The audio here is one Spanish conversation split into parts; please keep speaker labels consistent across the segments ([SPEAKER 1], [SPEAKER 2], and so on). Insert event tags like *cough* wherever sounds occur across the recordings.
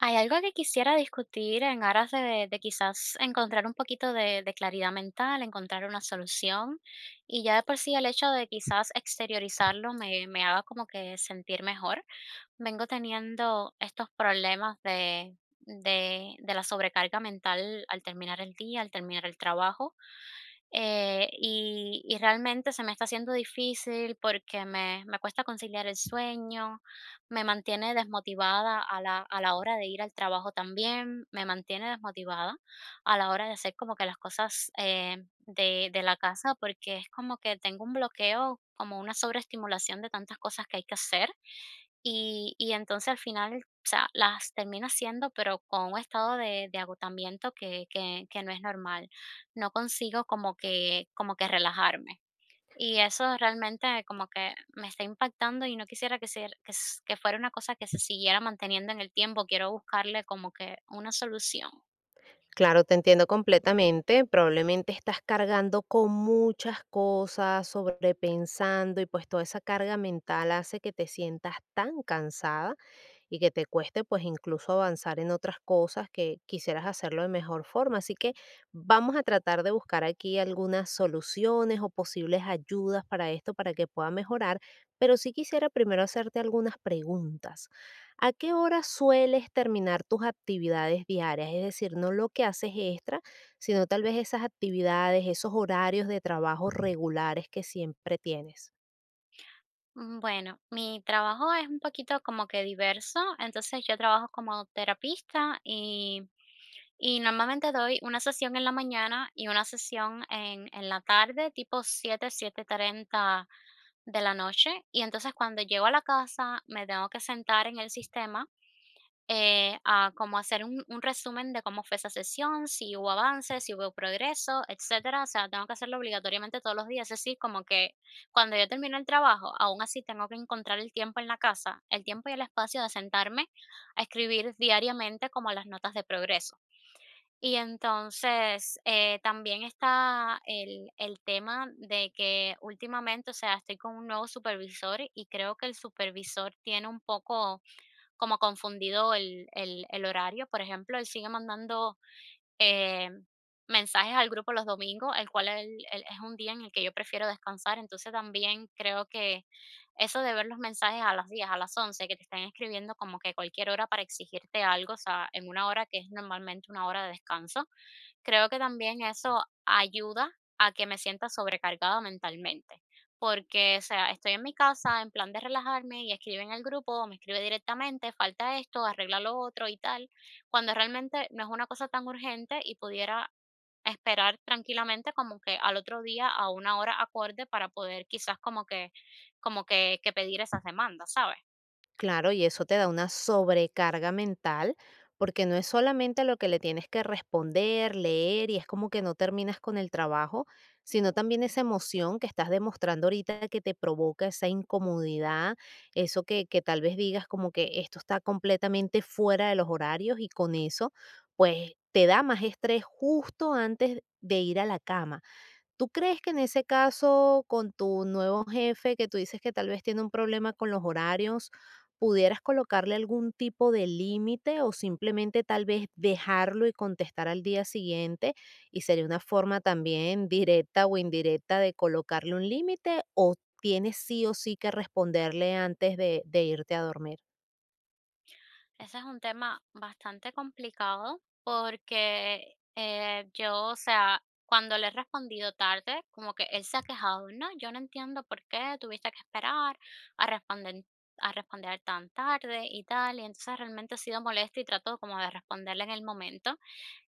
[SPEAKER 1] Hay algo que quisiera discutir en aras de quizás encontrar un poquito de claridad mental, encontrar una solución, y ya de por sí el hecho de quizás exteriorizarlo me haga como que sentir mejor. Vengo teniendo estos problemas de la sobrecarga mental al terminar el día, al terminar el trabajo, y realmente se me está haciendo difícil porque me cuesta conciliar el sueño, me mantiene desmotivada a la hora de ir al trabajo también, me mantiene desmotivada a la hora de hacer como que las cosas, de la casa, porque es como que tengo un bloqueo, como una sobreestimulación de tantas cosas que hay que hacer, y entonces al final, o sea, las termino haciendo, pero con un estado de agotamiento que que no es normal. No consigo como que relajarme. Y eso realmente como que me está impactando y no quisiera que fuera una cosa que se siguiera manteniendo en el tiempo. Quiero buscarle como que una solución.
[SPEAKER 2] Claro, te entiendo completamente. Probablemente estás cargando con muchas cosas, sobrepensando y pues toda esa carga mental hace que te sientas tan cansada y que te cueste pues incluso avanzar en otras cosas que quisieras hacerlo de mejor forma. Así que vamos a tratar de buscar aquí algunas soluciones o posibles ayudas para esto, para que pueda mejorar, pero sí quisiera primero hacerte algunas preguntas. ¿A qué hora sueles terminar tus actividades diarias? Es decir, no lo que haces extra, sino tal vez esas actividades, esos horarios de trabajo regulares que siempre tienes.
[SPEAKER 1] Bueno, mi trabajo es un poquito como que diverso, entonces yo trabajo como terapista y normalmente doy una sesión en la mañana y una sesión en la tarde, tipo siete treinta de la noche, y entonces cuando llego a la casa me tengo que sentar en el sistema, a como hacer un resumen de cómo fue esa sesión, si hubo avances, si hubo progreso, etcétera. O sea, tengo que hacerlo obligatoriamente todos los días. Es decir, como que cuando yo termino el trabajo, aún así tengo que encontrar el tiempo en la casa, el tiempo y el espacio de sentarme a escribir diariamente como las notas de progreso. Y entonces, también está el tema de que últimamente, o sea, estoy con un nuevo supervisor y creo que el supervisor tiene un poco como confundido el horario. Por ejemplo, él sigue mandando, eh, mensajes al grupo los domingos, el cual el es un día en el que yo prefiero descansar. Entonces, también creo que eso de ver los mensajes a las 10, a las 11, que te están escribiendo como que cualquier hora para exigirte algo, o sea, en una hora que es normalmente una hora de descanso, creo que también eso ayuda a que me sienta sobrecargada mentalmente. Porque, o sea, estoy en mi casa en plan de relajarme y escribe en el grupo, o me escribe directamente, falta esto, arregla lo otro y tal, cuando realmente no es una cosa tan urgente y pudiera esperar tranquilamente como que al otro día a una hora acorde para poder quizás como que que pedir esas demandas, ¿sabes?
[SPEAKER 2] Claro, y eso te da una sobrecarga mental, porque no es solamente lo que le tienes que responder, leer, y es como que no terminas con el trabajo, sino también esa emoción que estás demostrando ahorita que te provoca esa incomodidad, eso que tal vez digas como que esto está completamente fuera de los horarios y con eso, pues te da más estrés justo antes de ir a la cama. ¿Tú crees que en ese caso, con tu nuevo jefe, que tú dices que tal vez tiene un problema con los horarios, pudieras colocarle algún tipo de límite o simplemente tal vez dejarlo y contestar al día siguiente? Y sería una forma también directa o indirecta de colocarle un límite o tienes sí o sí que responderle antes de irte a dormir.
[SPEAKER 1] Ese es un tema bastante complicado porque yo, o sea, cuando le he respondido tarde, como que él se ha quejado, no, yo no entiendo por qué tuviste que esperar a responder tan tarde y tal, y entonces realmente he sido molesto y trato como de responderle en el momento.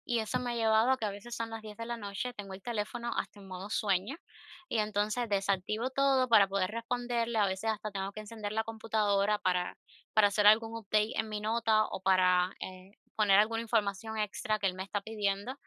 [SPEAKER 1] Y eso me ha llevado a que a veces son las 10 de la noche, tengo el teléfono hasta en modo sueño y entonces desactivo todo para poder responderle, a veces hasta tengo que encender la computadora para hacer algún update en mi nota o para, poner alguna información extra que él me está pidiendo,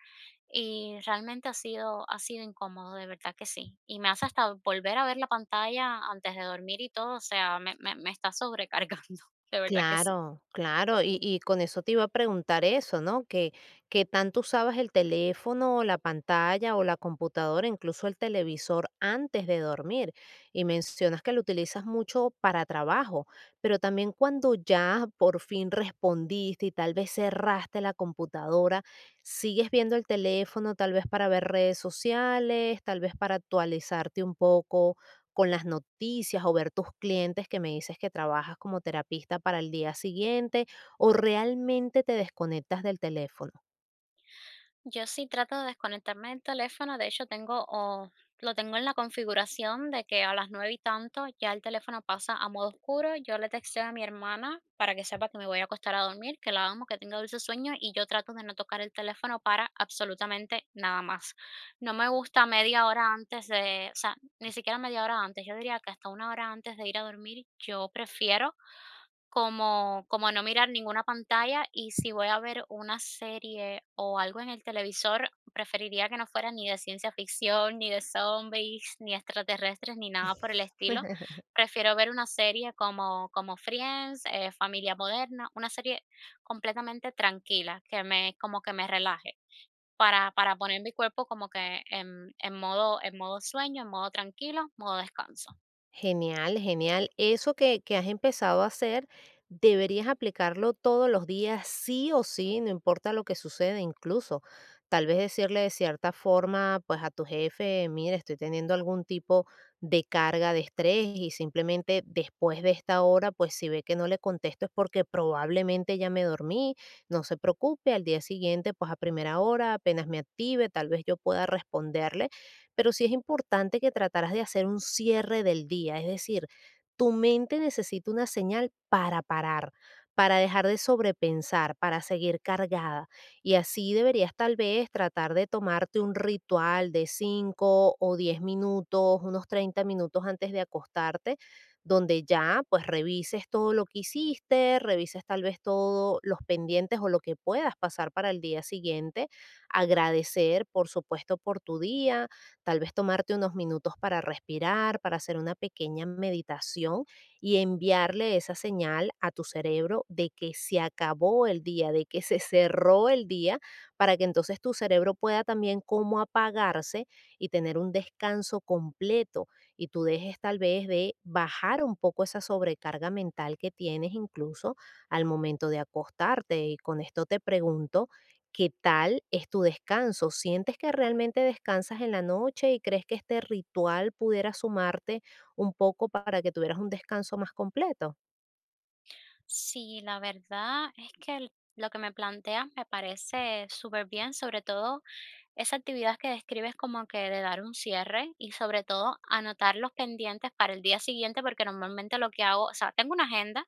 [SPEAKER 1] y realmente ha sido incómodo, de verdad que sí. Y me hace hasta volver a ver la pantalla antes de dormir y todo, o sea, me está sobrecargando, *laughs* de verdad que sí.
[SPEAKER 2] Claro, claro, y con eso te iba a preguntar eso, ¿no? Que tanto usabas el teléfono, o la pantalla, o la computadora, incluso el televisor antes de dormir, y mencionas que lo utilizas mucho para trabajo, pero también cuando ya por fin respondiste y tal vez cerraste la computadora, ¿sigues viendo el teléfono tal vez para ver redes sociales, tal vez para actualizarte un poco con las noticias o ver tus clientes que me dices que trabajas como terapista para el día siguiente o realmente te desconectas del teléfono?
[SPEAKER 1] Yo sí trato de desconectarme del teléfono, de hecho tengo o lo tengo en la configuración de que a las 9 y tanto ya el teléfono pasa a modo oscuro, yo le texteo a mi hermana para que sepa que me voy a acostar a dormir, que la amo, que tenga dulce sueño, y yo trato de no tocar el teléfono para absolutamente nada más. No me gusta media hora antes de, o sea, ni siquiera media hora antes, yo diría que hasta una hora antes de ir a dormir, yo prefiero como no mirar ninguna pantalla, y si voy a ver una serie o algo en el televisor, preferiría que no fuera ni de ciencia ficción, ni de zombies ni extraterrestres, ni nada por el estilo. Prefiero ver una serie como Friends, Familia Moderna, una serie completamente tranquila, que me como que me relaje, para poner mi cuerpo como que en en modo sueño, en modo tranquilo, modo descanso.
[SPEAKER 2] Genial, genial. Eso que has empezado a hacer, deberías aplicarlo todos los días, sí o sí, no importa lo que sucede, incluso. Tal vez decirle de cierta forma, pues a tu jefe, mire, estoy teniendo algún tipo de carga de estrés y simplemente después de esta hora, pues si ve que no le contesto es porque probablemente ya me dormí, no se preocupe, al día siguiente, pues a primera hora, apenas me active, tal vez yo pueda responderle, pero sí es importante que trataras de hacer un cierre del día, es decir, tu mente necesita una señal para parar, para dejar de sobrepensar, para seguir cargada. Y así deberías tal vez tratar de tomarte un ritual de 5 o 10 minutos, unos 30 minutos antes de acostarte, donde ya pues revises todo lo que hiciste, revises tal vez todos los pendientes o lo que puedas pasar para el día siguiente, agradecer por supuesto por tu día. Tal vez tomarte unos minutos para respirar, para hacer una pequeña meditación y enviarle esa señal a tu cerebro de que se acabó el día, de que se cerró el día, para que entonces tu cerebro pueda también como apagarse y tener un descanso completo y tú dejes tal vez de bajar un poco esa sobrecarga mental que tienes incluso al momento de acostarte. Y con esto te pregunto, ¿qué tal es tu descanso? ¿Sientes que realmente descansas en la noche y crees que este ritual pudiera sumarte un poco para que tuvieras un descanso más completo?
[SPEAKER 1] Sí, la verdad es que lo que me planteas me parece súper bien, sobre todo esa actividad que describes como que de dar un cierre y sobre todo anotar los pendientes para el día siguiente, porque normalmente lo que hago, o sea, tengo una agenda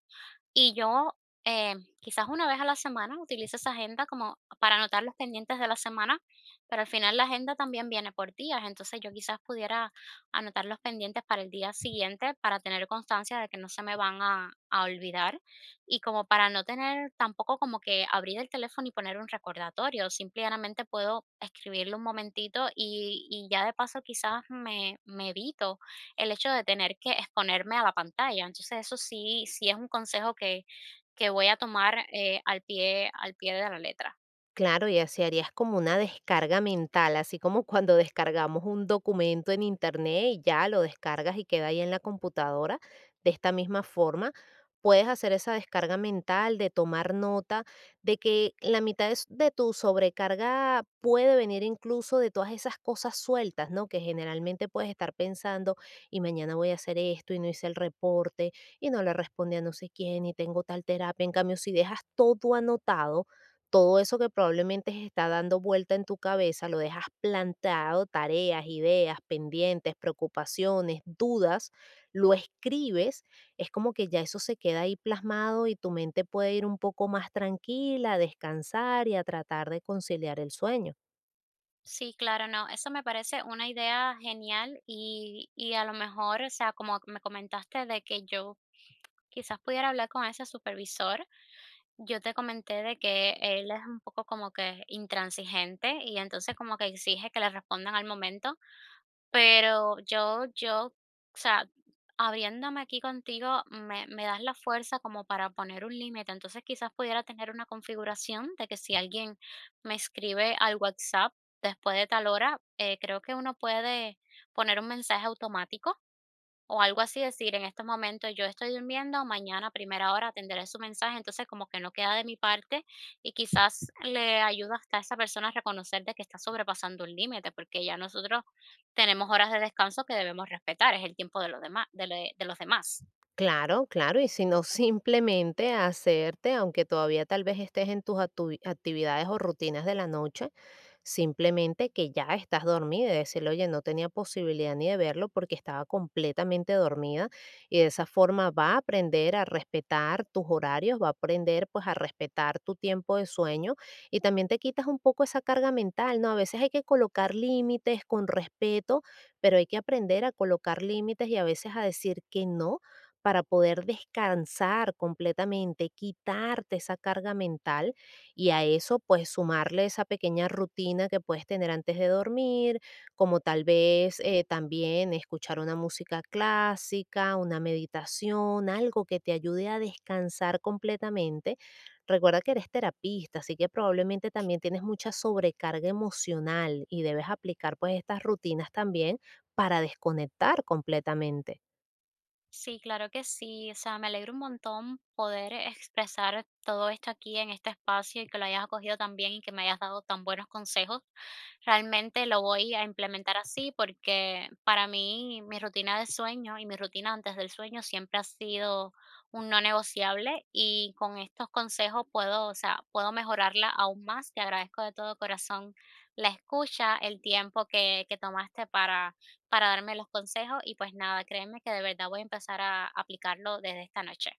[SPEAKER 1] y yo, eh, quizás una vez a la semana utilizo esa agenda como para anotar los pendientes de la semana, pero al final la agenda también viene por días, entonces yo quizás pudiera anotar los pendientes para el día siguiente para tener constancia de que no se me van a olvidar, y como para no tener tampoco como que abrir el teléfono y poner un recordatorio, simplemente puedo escribirlo un momentito y ya de paso quizás me evito el hecho de tener que exponerme a la pantalla. Entonces, eso sí es un consejo que voy a tomar, al pie de la letra.
[SPEAKER 2] Claro, y así harías como una descarga mental, así como cuando descargamos un documento en internet y ya lo descargas y queda ahí en la computadora. De esta misma forma, puedes hacer esa descarga mental de tomar nota de que la mitad de, s- de tu sobrecarga puede venir incluso de todas esas cosas sueltas, ¿no? Que generalmente puedes estar pensando, y mañana voy a hacer esto, y no hice el reporte, y no le respondí a no sé quién, y tengo tal terapia. En cambio, si dejas todo anotado, todo eso que probablemente está dando vuelta en tu cabeza, lo dejas plantado, tareas, ideas, pendientes, preocupaciones, dudas, lo escribes, es como que ya eso se queda ahí plasmado y tu mente puede ir un poco más tranquila, a descansar y a tratar de conciliar el sueño.
[SPEAKER 1] Sí, claro, no, eso me parece una idea genial, y a lo mejor, o sea, como me comentaste de que yo quizás pudiera hablar con ese supervisor, yo te comenté de que él es un poco como que intransigente y entonces como que exige que le respondan al momento. Pero o sea, abriéndome aquí contigo, me das la fuerza como para poner un límite. Entonces, quizás pudiera tener una configuración de que si alguien me escribe al WhatsApp después de tal hora, creo que uno puede poner un mensaje automático o algo así, decir, en estos momentos yo estoy durmiendo, mañana a primera hora atenderé su mensaje, entonces como que no queda de mi parte, y quizás le ayuda hasta a esa persona a reconocer de que está sobrepasando un límite, porque ya nosotros tenemos horas de descanso que debemos respetar, es el tiempo de los demás, de los demás.
[SPEAKER 2] Claro, claro, y si no, simplemente hacerte, aunque todavía tal vez estés en tus atu- actividades o rutinas de la noche, simplemente que ya estás dormida y decirle, oye, no tenía posibilidad ni de verlo porque estaba completamente dormida y de esa forma va a aprender a respetar tus horarios, va a aprender pues a respetar tu tiempo de sueño y también te quitas un poco esa carga mental, ¿no? A veces hay que colocar límites con respeto, pero hay que aprender a colocar límites y a veces a decir que no para poder descansar completamente, quitarte esa carga mental y a eso pues sumarle esa pequeña rutina que puedes tener antes de dormir, como tal vez también escuchar una música clásica, una meditación, algo que te ayude a descansar completamente. Recuerda que eres terapista, así que probablemente también tienes mucha sobrecarga emocional y debes aplicar pues estas rutinas también para desconectar completamente.
[SPEAKER 1] Sí, claro que sí. O sea, me alegro un montón poder expresar todo esto aquí en este espacio y que lo hayas acogido tan bien y que me hayas dado tan buenos consejos. Realmente lo voy a implementar así porque para mí mi rutina de sueño y mi rutina antes del sueño siempre ha sido un no negociable, y con estos consejos puedo, o sea, puedo mejorarla aún más. Te agradezco de todo corazón la escucha, el tiempo que tomaste para darme los consejos y pues nada, créeme que de verdad voy a empezar a aplicarlo desde esta noche.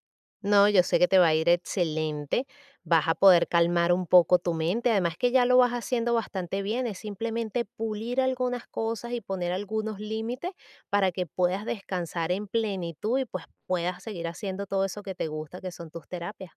[SPEAKER 2] No, yo sé que te va a ir excelente, vas a poder calmar un poco tu mente, además que ya lo vas haciendo bastante bien, es simplemente pulir algunas cosas y poner algunos límites para que puedas descansar en plenitud y pues puedas seguir haciendo todo eso que te gusta, que son tus terapias.